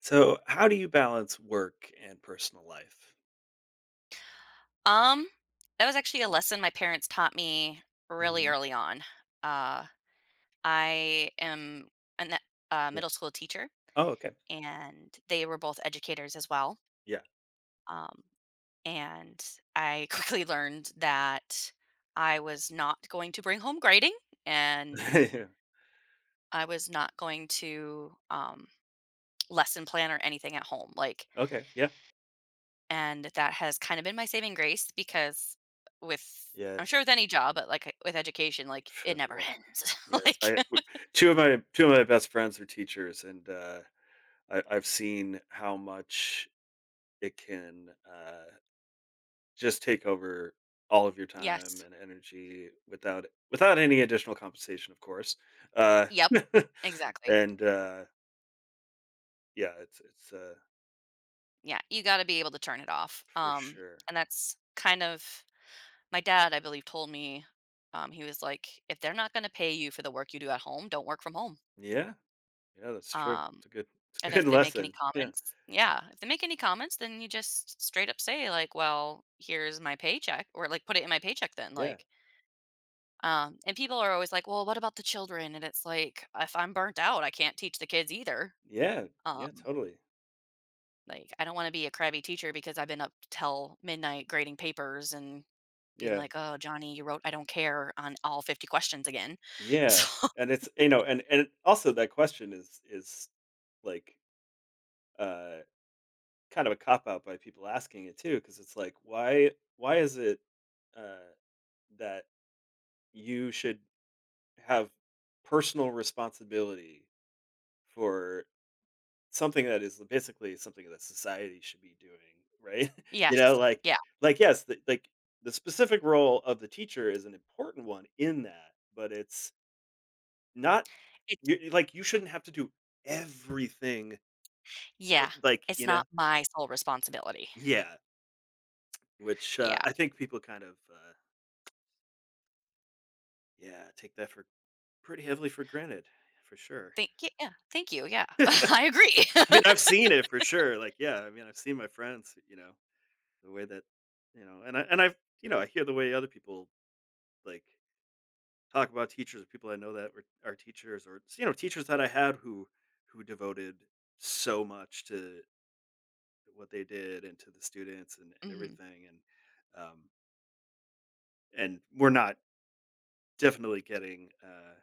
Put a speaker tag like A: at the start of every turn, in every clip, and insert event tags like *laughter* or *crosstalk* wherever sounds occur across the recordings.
A: So, how do you balance work and personal life?
B: Um, that was actually a lesson my parents taught me really
A: Mhm.
B: early on. Uh, I am a ne- a
A: Yeah.
B: middle school teacher,
A: Oh, okay.
B: and they were both educators as well.
A: Yeah.
B: Um, and I *laughs* quickly learned that I was not going to bring home grading, and
A: *laughs*
B: I was not going to lesson plan or anything at home. Like.
A: okay. Yeah.
B: And that has kind of been my saving grace because with I'm
A: Yes.
B: sure with any job, but like with education, like it
A: Sure,
B: never
A: yeah.
B: ends. *laughs*
A: Yes.
B: Like,
A: Two of my best friends are teachers, and I've seen how much it can just take over all of your time
B: yes.
A: and energy without without any additional compensation, of course. Uh,
B: Yep.
A: *laughs*
B: Exactly.
A: and yeah, it's
B: Yeah, you got to be able to turn it off.
A: for sure.
B: And that's kind of, my dad, I believe, told me, he was like, if they're not going to pay you for the work you do at home, don't work from home.
A: Yeah. Yeah, that's true.
B: Um
A: It's a
B: and
A: good *laughs*
B: if they make any
A: lesson. Yeah.
B: comments, yeah, if they make any comments, then you just straight up say like, well, here's my paycheck, or like, put it in my paycheck then.
A: Yeah.
B: Like. And people are always like, "Well, what about the children?" And it's like, if I'm burnt out, I can't teach the kids either.
A: Yeah. Yeah,
B: Um,
A: totally.
B: like, I don't want to be a crabby teacher because I've been up till midnight grading papers and being
A: Yeah.
B: like, "Oh, Johnny, you wrote I don't care on all 50 questions again." *laughs*
A: Yeah.
B: So,
A: And and also that question is like uh kind of a cop out by people asking it too, because it's like, why is it uh that you should have personal responsibility for something that is basically something that society should be doing, right? *laughs* You
B: yes.
A: know, like
B: Yeah.
A: yes, the specific role of the teacher is an important one in that, but it's not
B: It
A: like, you shouldn't have to do everything,
B: yeah.
A: like, you
B: It's
A: know.
B: not my sole responsibility.
A: Yeah, which,
B: Yeah.
A: I think people kind of, yeah, take that for pretty heavily for granted, for sure.
B: Thank y Yeah. Thank you. Yeah. *laughs* I agree.
A: I mean,
B: *laughs*
A: I've seen it for sure, like, yeah, I mean, I've seen my friends, you know, the way that you know, and I've you know, I hear the way other people, like talk about teachers or people I know that were are teachers or you know teachers that I had who devoted so much to what they did and to the students and
B: Mhm.
A: everything um, and we're not definitely getting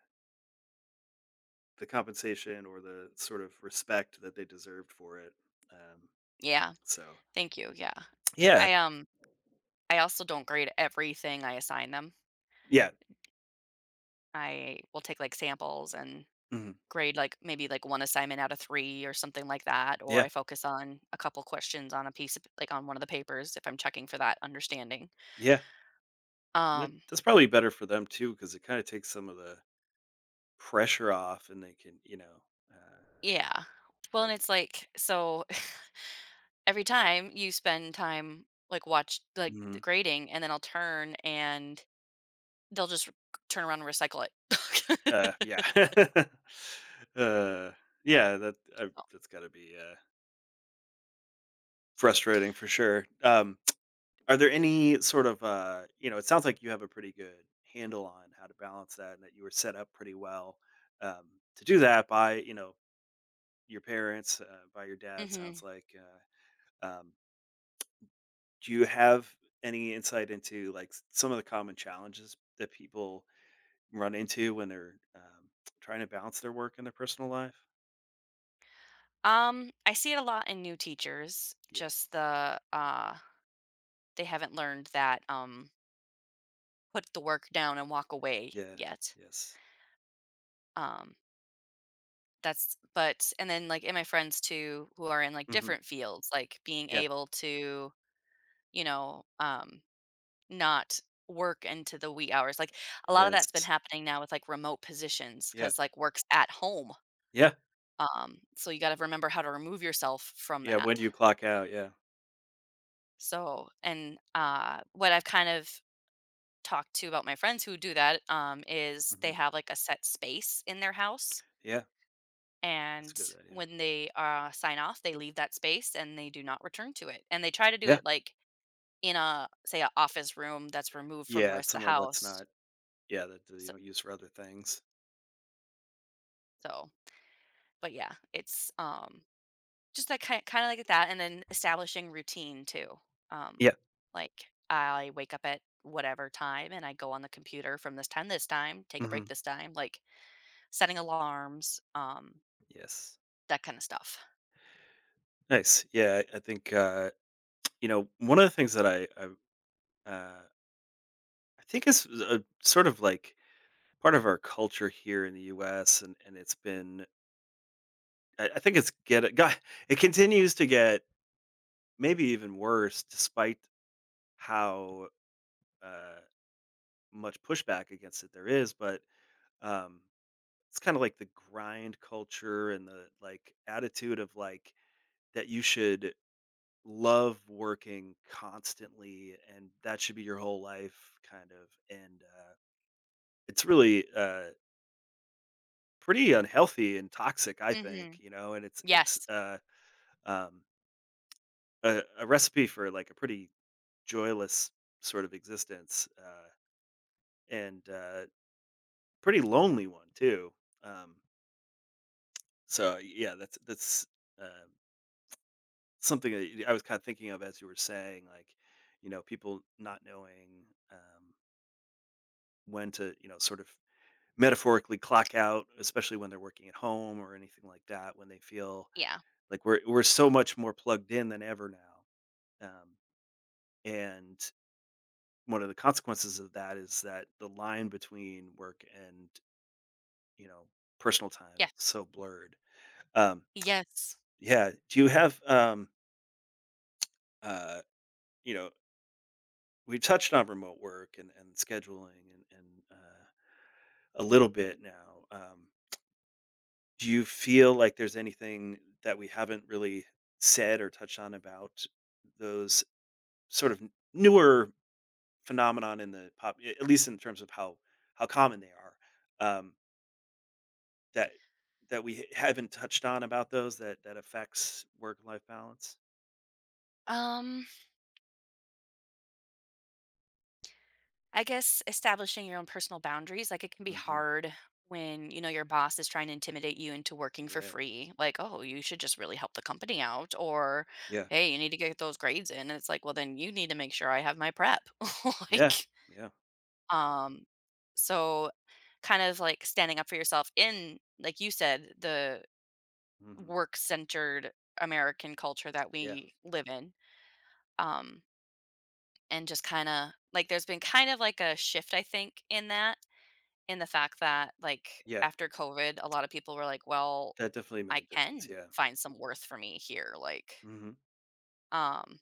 A: the compensation or the sort of respect that they deserved for it. Um,
B: Yeah.
A: so
B: Thank you. Yeah.
A: yeah,
B: I, um, I also don't grade everything I assign them.
A: yeah,
B: I will take like samples and
A: mhm,
B: grade like maybe like one assignment out of three or something like that. Or
A: yeah,
B: I focus on a couple questions on a piece of like, on one of the papers if I'm checking for that understanding.
A: yeah.
B: Um,
A: That's probably better for them too because it kind of takes some of the pressure off and they can you know uh,
B: yeah. Well,
A: like
B: and it's like, so *laughs* every time you spend time like watch like the grading, and then I'll turn and they'll just turn around and recycle it. *laughs*
A: Yeah. *laughs* Uh, yeah, that's gotta be, frustrating for sure. Are there any sort of, you know, it sounds like you have a pretty good handle on how to balance that and that you were set up pretty well, um, to do that by, you know, your parents, by your dad, sounds
B: Mm-hmm.
A: like, uh, um, do you have any insight into, like, s some of the common challenges that people run into when they're, trying to balance their work and their personal life?
B: I see it a lot in new teachers.
A: Yeah.
B: Just the they haven't learned that put the work down and walk away
A: Yeah.
B: yet.
A: Yes.
B: Um, that's, but and then like in my friends too who are in like
A: Mhm.
B: different fields, like being
A: Yeah.
B: able to, you know, not work into the wee hours. Like, a lot of that's been
A: Yes.
B: happening now with like remote positions
A: Yeah.
B: because like work's at home.
A: Yeah.
B: So you got to remember how to remove yourself from
A: Yeah, when
B: that.
A: do you clock out? Yeah.
B: So and what I've kind of talked to about my friends who do that, is they
A: Mhm.
B: have like a set space in their house,
A: Yeah, that's a
B: and
A: good idea.
B: when they, sign off, they leave that space and they do not return to it, and they try to do
A: Yeah.
B: it, like, in a, say, a office room that's removed from the
A: Yeah,
B: rest
A: it's
B: of the
A: somewhere that's
B: house,
A: not yeah, that you
B: so
A: don't use for other things.
B: so, but yeah, it's, just that ki kinda like that, and then establishing routine too, um,
A: Yeah.
B: like, I wake up at whatever time, and I go on the computer from this time to this time, take a break
A: Mhm.
B: this time, like, setting alarms,
A: Yes.
B: that kinda stuff.
A: Nice. Yeah, I think, you know, one of the things that I, uh, I think is a sort of like part of our culture here in the US, and it's been I think it got *laughs* it continues to get maybe even worse despite how, uh much pushback against it there is, but, um, it's kinda like the grind culture and the, like, attitude of, like, that you should love working constantly and that should be your whole life kind of, and, it's really, pretty unhealthy and toxic, I think,
B: Mhm.
A: you know, and it's it's,
B: Yes.
A: uh, um, a recipe for, like, a pretty joyless sort of existence, and, pretty lonely one too, um so, yeah, that's, uh, something that I was kinda thinking of as you were saying, like, you know, people not knowing, when to, you know, sort of metaphorically clock out, especially when they're working at home or anything like that, when they feel
B: Yeah.
A: like we're so much more plugged in than ever now, um, and one of the consequences of that is that the line between work and, you know, personal time is
B: Yes.
A: so blurred. Um,
B: Yes.
A: yeah, do you have, uh, you know we've touched on remote work and, scheduling and, and a little bit now. Do you feel like there's anything that we haven't really said or touched on about those sort of newer phenomenon in the pop, at least in terms of how common they are, um, that we haven't touched on about those that affects work life balance?
B: Um I guess establishing your own personal boundaries, like it can be
A: Hmm.
B: hard when, you know, your boss is trying to intimidate you into working for
A: Yeah,
B: free. Like, oh, you should just really help the company out. Or,
A: yeah,
B: hey, you need to get those grades in. And it's like, well, then you need to make sure I have my prep. *laughs*
A: yeah,
B: Like,
A: yeah,
B: um, so kind of like standing up for yourself in, like you said, the
A: hmm,
B: work centered American culture that
A: yeah,
B: we live in. Um, and just kind of like there's been kind of like a shift, I think, in that, in the fact that, like,
A: yeah.
B: after COVID, a lot of people were like, "Well,
A: That definitely made
B: I
A: a difference.
B: can
A: Yeah.
B: find some worth for me here," like,
A: Hmm.
B: um,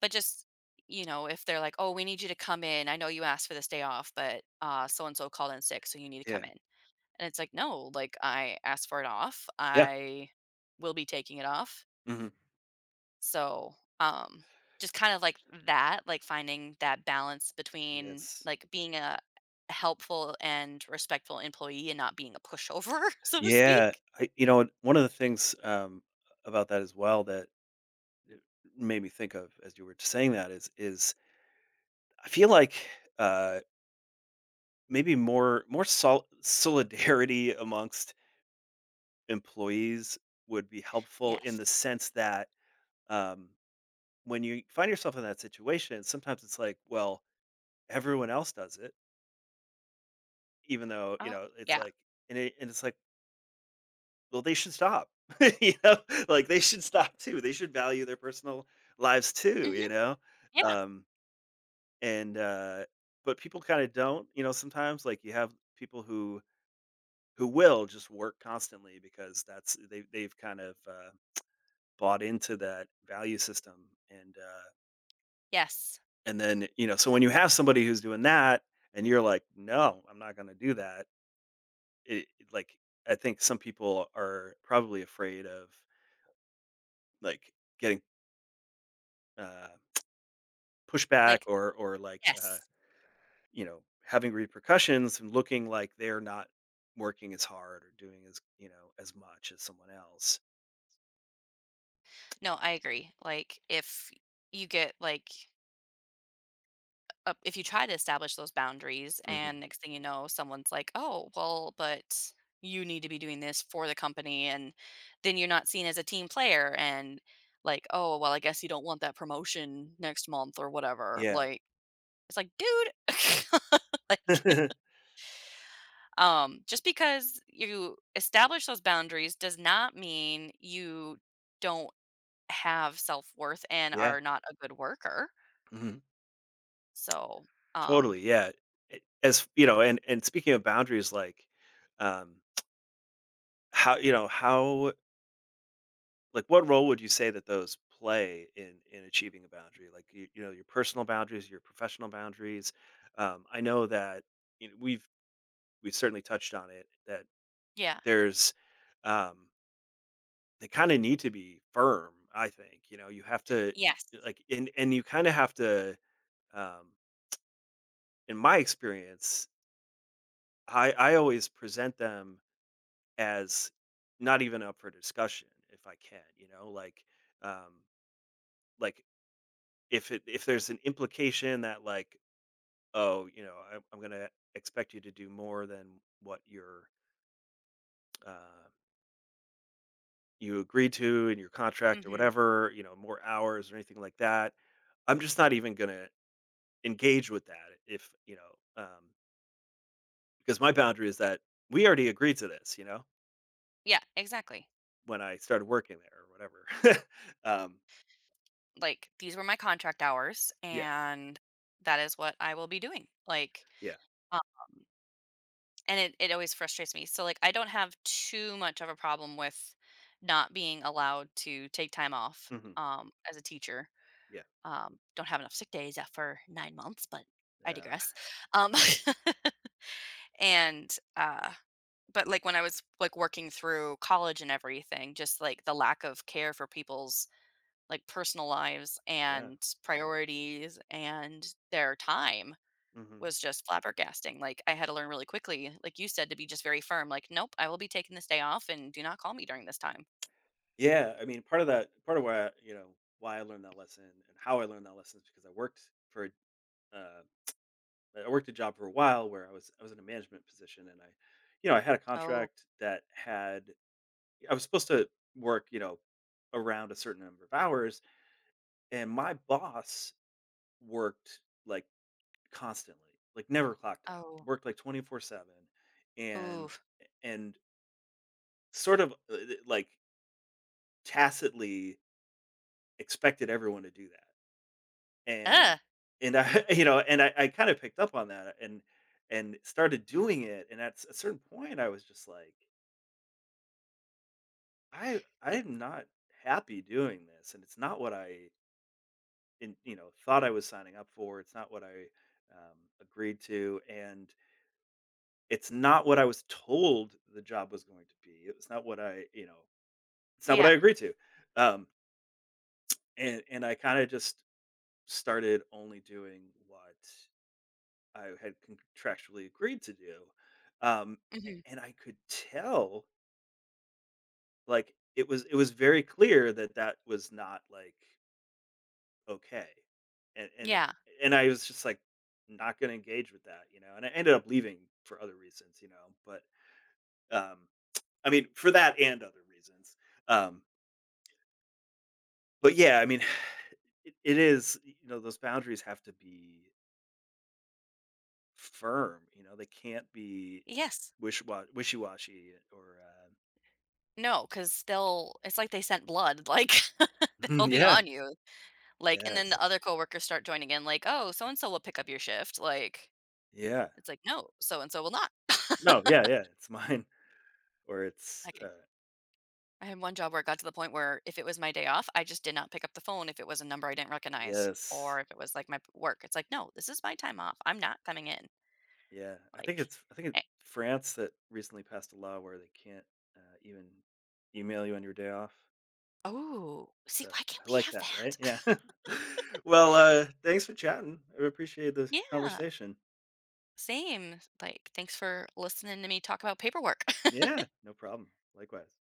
B: but just, you know, if they're like, "Oh, we need you to come in. I know you asked for this day off, but, so and so called in sick, so you need to come in." And it's like, "No, like, I asked for it off.
A: Yeah.
B: I will be taking it off.
A: Mhm.
B: So, um, just kind of like that, like finding that balance between
A: Yes.
B: like being a helpful and respectful employee and not being a pushover, *laughs* so to
A: Yeah,
B: speak.
A: I you know, and one of the things, about that as well that it made me think of as you were saying that is I feel like, uh, maybe more solidarity amongst employees would be helpful in
B: Yes.
A: the sense that, um, when you find yourself in that situation, sometimes it's like, well, everyone else does it, even though, you
B: Oh,
A: know, it's
B: yeah.
A: like and it and it's like, well, they should stop. *laughs* You know? Like, they should stop too. They should value their personal lives too,
B: Hmm.
A: you know?
B: Yeah.
A: Um, and, but people kinda don't, you know, sometimes, like, you have people who will just work constantly because that's they've kind of, bought into that value system
B: Yes.
A: and then, you know so when you have somebody who's doing that and you're like, "No, I'm not gonna do that," like, I think some people are probably afraid of, like, getting, uh pushback
B: Like,
A: or like,
B: yes.
A: you know, having repercussions and looking like they're not working as hard or doing as, you know, as much as someone else.
B: No, I agree. Like, you get like if you try to establish those boundaries and
A: Mhm.
B: next thing you know someone's like, oh well, but you need to be doing this for the company, and then you're not seen as a team player, and like, oh well, I guess you don't want that promotion next month or whatever,
A: Yeah.
B: like it's like, dude, *laughs* like,
A: *laughs*
B: just because you establish those boundaries does not mean you don't have self-worth and
A: Yeah.
B: are not a good worker,
A: Mhm.
B: so um
A: Totally, yeah. A as you know, and speaking of boundaries, like, um, how you know, how like, what role would you say that those play in achieving a boundary? Like, you know, your personal boundaries, your professional boundaries? I know that, you know, we've certainly touched on it that
B: yeah.
A: there's, um, they kind of need to be firm, I think. You know, you have to
B: Yes.
A: like, and you kind of have to. Um, in my experience, I always present them as not even up for discussion if I can. You know, um, like if it if there's an implication that like, oh, you know, I'm gonna expect you to do more than what you're. Uh, you agreed to in your contract or whatever, you know, more hours or anything like that. I'm just not even going to engage with that if, you know, because my boundary is that we already agreed to this, you know,
B: Yeah, exactly.
A: when I started working there or whatever. *laughs* um,
B: Like, these were my contract hours
A: yeah,
B: and that is what I will be doing. Like,
A: yeah,
B: um, and it always frustrates me. So like, I don't have too much of a problem with not being allowed to take time off
A: hmm,
B: as a teacher.
A: yeah,
B: Don't have enough sick days after 9 months, but I
A: uh,
B: digress. Um *laughs* and but like when I was like working through college and everything, just like the lack of care for people's like personal lives
A: yeah,
B: and priorities and their time
A: hmm,
B: was just flabbergasting. Like, I had to learn really quickly, like you said, to be just very firm. Like, nope, I will be taking this day off, and do not call me during this time.
A: yeah. I mean, part of that, part of why, I, you know, why I learned that lesson and how I learned that lesson is because I worked for a uh, I worked a job for a while where I was in a management position and I, you know, I had a
B: Oh,
A: contract that had I was supposed to work, you know, around a certain number of hours, and my boss worked like constantly, like never clocked out,
B: oh,
A: worked like 24/7,
B: ooh,
A: and and sort of like tacitly expected everyone to do that, and
B: uh,
A: I *laughs* you know and I kind of picked up on that and started doing it and at a certain point I was just like
B: y-
A: I'm not happy doing this, and it's not what I in, you know thought I was signing up for. It's not what I agreed to, and it's not what I was told the job was going to be. It was not what I you know it's not what I
B: yeah,
A: agreed to, um, and I kind of just started only doing what I had contractually agreed to do, um,
B: hmm,
A: and I could tell like it was very clear that that was not like okay. And it
B: yeah,
A: and I was just, like, not gonna engage with that, you know, and I ended up leaving for other reasons, you know, but, um, I mean, for that and other reasons, um, but yeah, I mean, *sighs* it is you know, those boundaries have to be firm, you know, they can't be
B: yes,
A: wish wishy-washy or,
B: no, because they'll. It's like they sent blood. Like, *laughs*
A: *laughs*
B: they'll be
A: yeah,
B: on you. Like, and then
A: yes,
B: the other coworkers start joining in. Like, oh, so and so will pick up your shift. Like,
A: yeah.
B: it's like, no, so and so will not.
A: No, yeah,
B: *laughs*
A: yeah, it's mine *laughs* or it's,
B: Like, I had one job where it got to the point where if it was my day off, I just did not pick up the phone if it was a number I didn't recognize
A: yes.
B: or if it was like work. It's like, no, this is my time off. I'm not coming in.
A: Yeah,
B: Like,
A: I think it's
B: eh,
A: France that recently passed a law where they can't even email you on your day off.
B: oh, see,
A: So
B: why can't
A: I
B: we
A: like
B: have
A: that, right?
B: that?
A: Yeah. *laughs* well, thanks for chatting. I appreciate
B: *laughs*
A: this
B: Yeah,
A: conversation.
B: same. Like, thanks for listening to me talk about paperwork. *laughs*
A: Yeah, no problem. Likewise.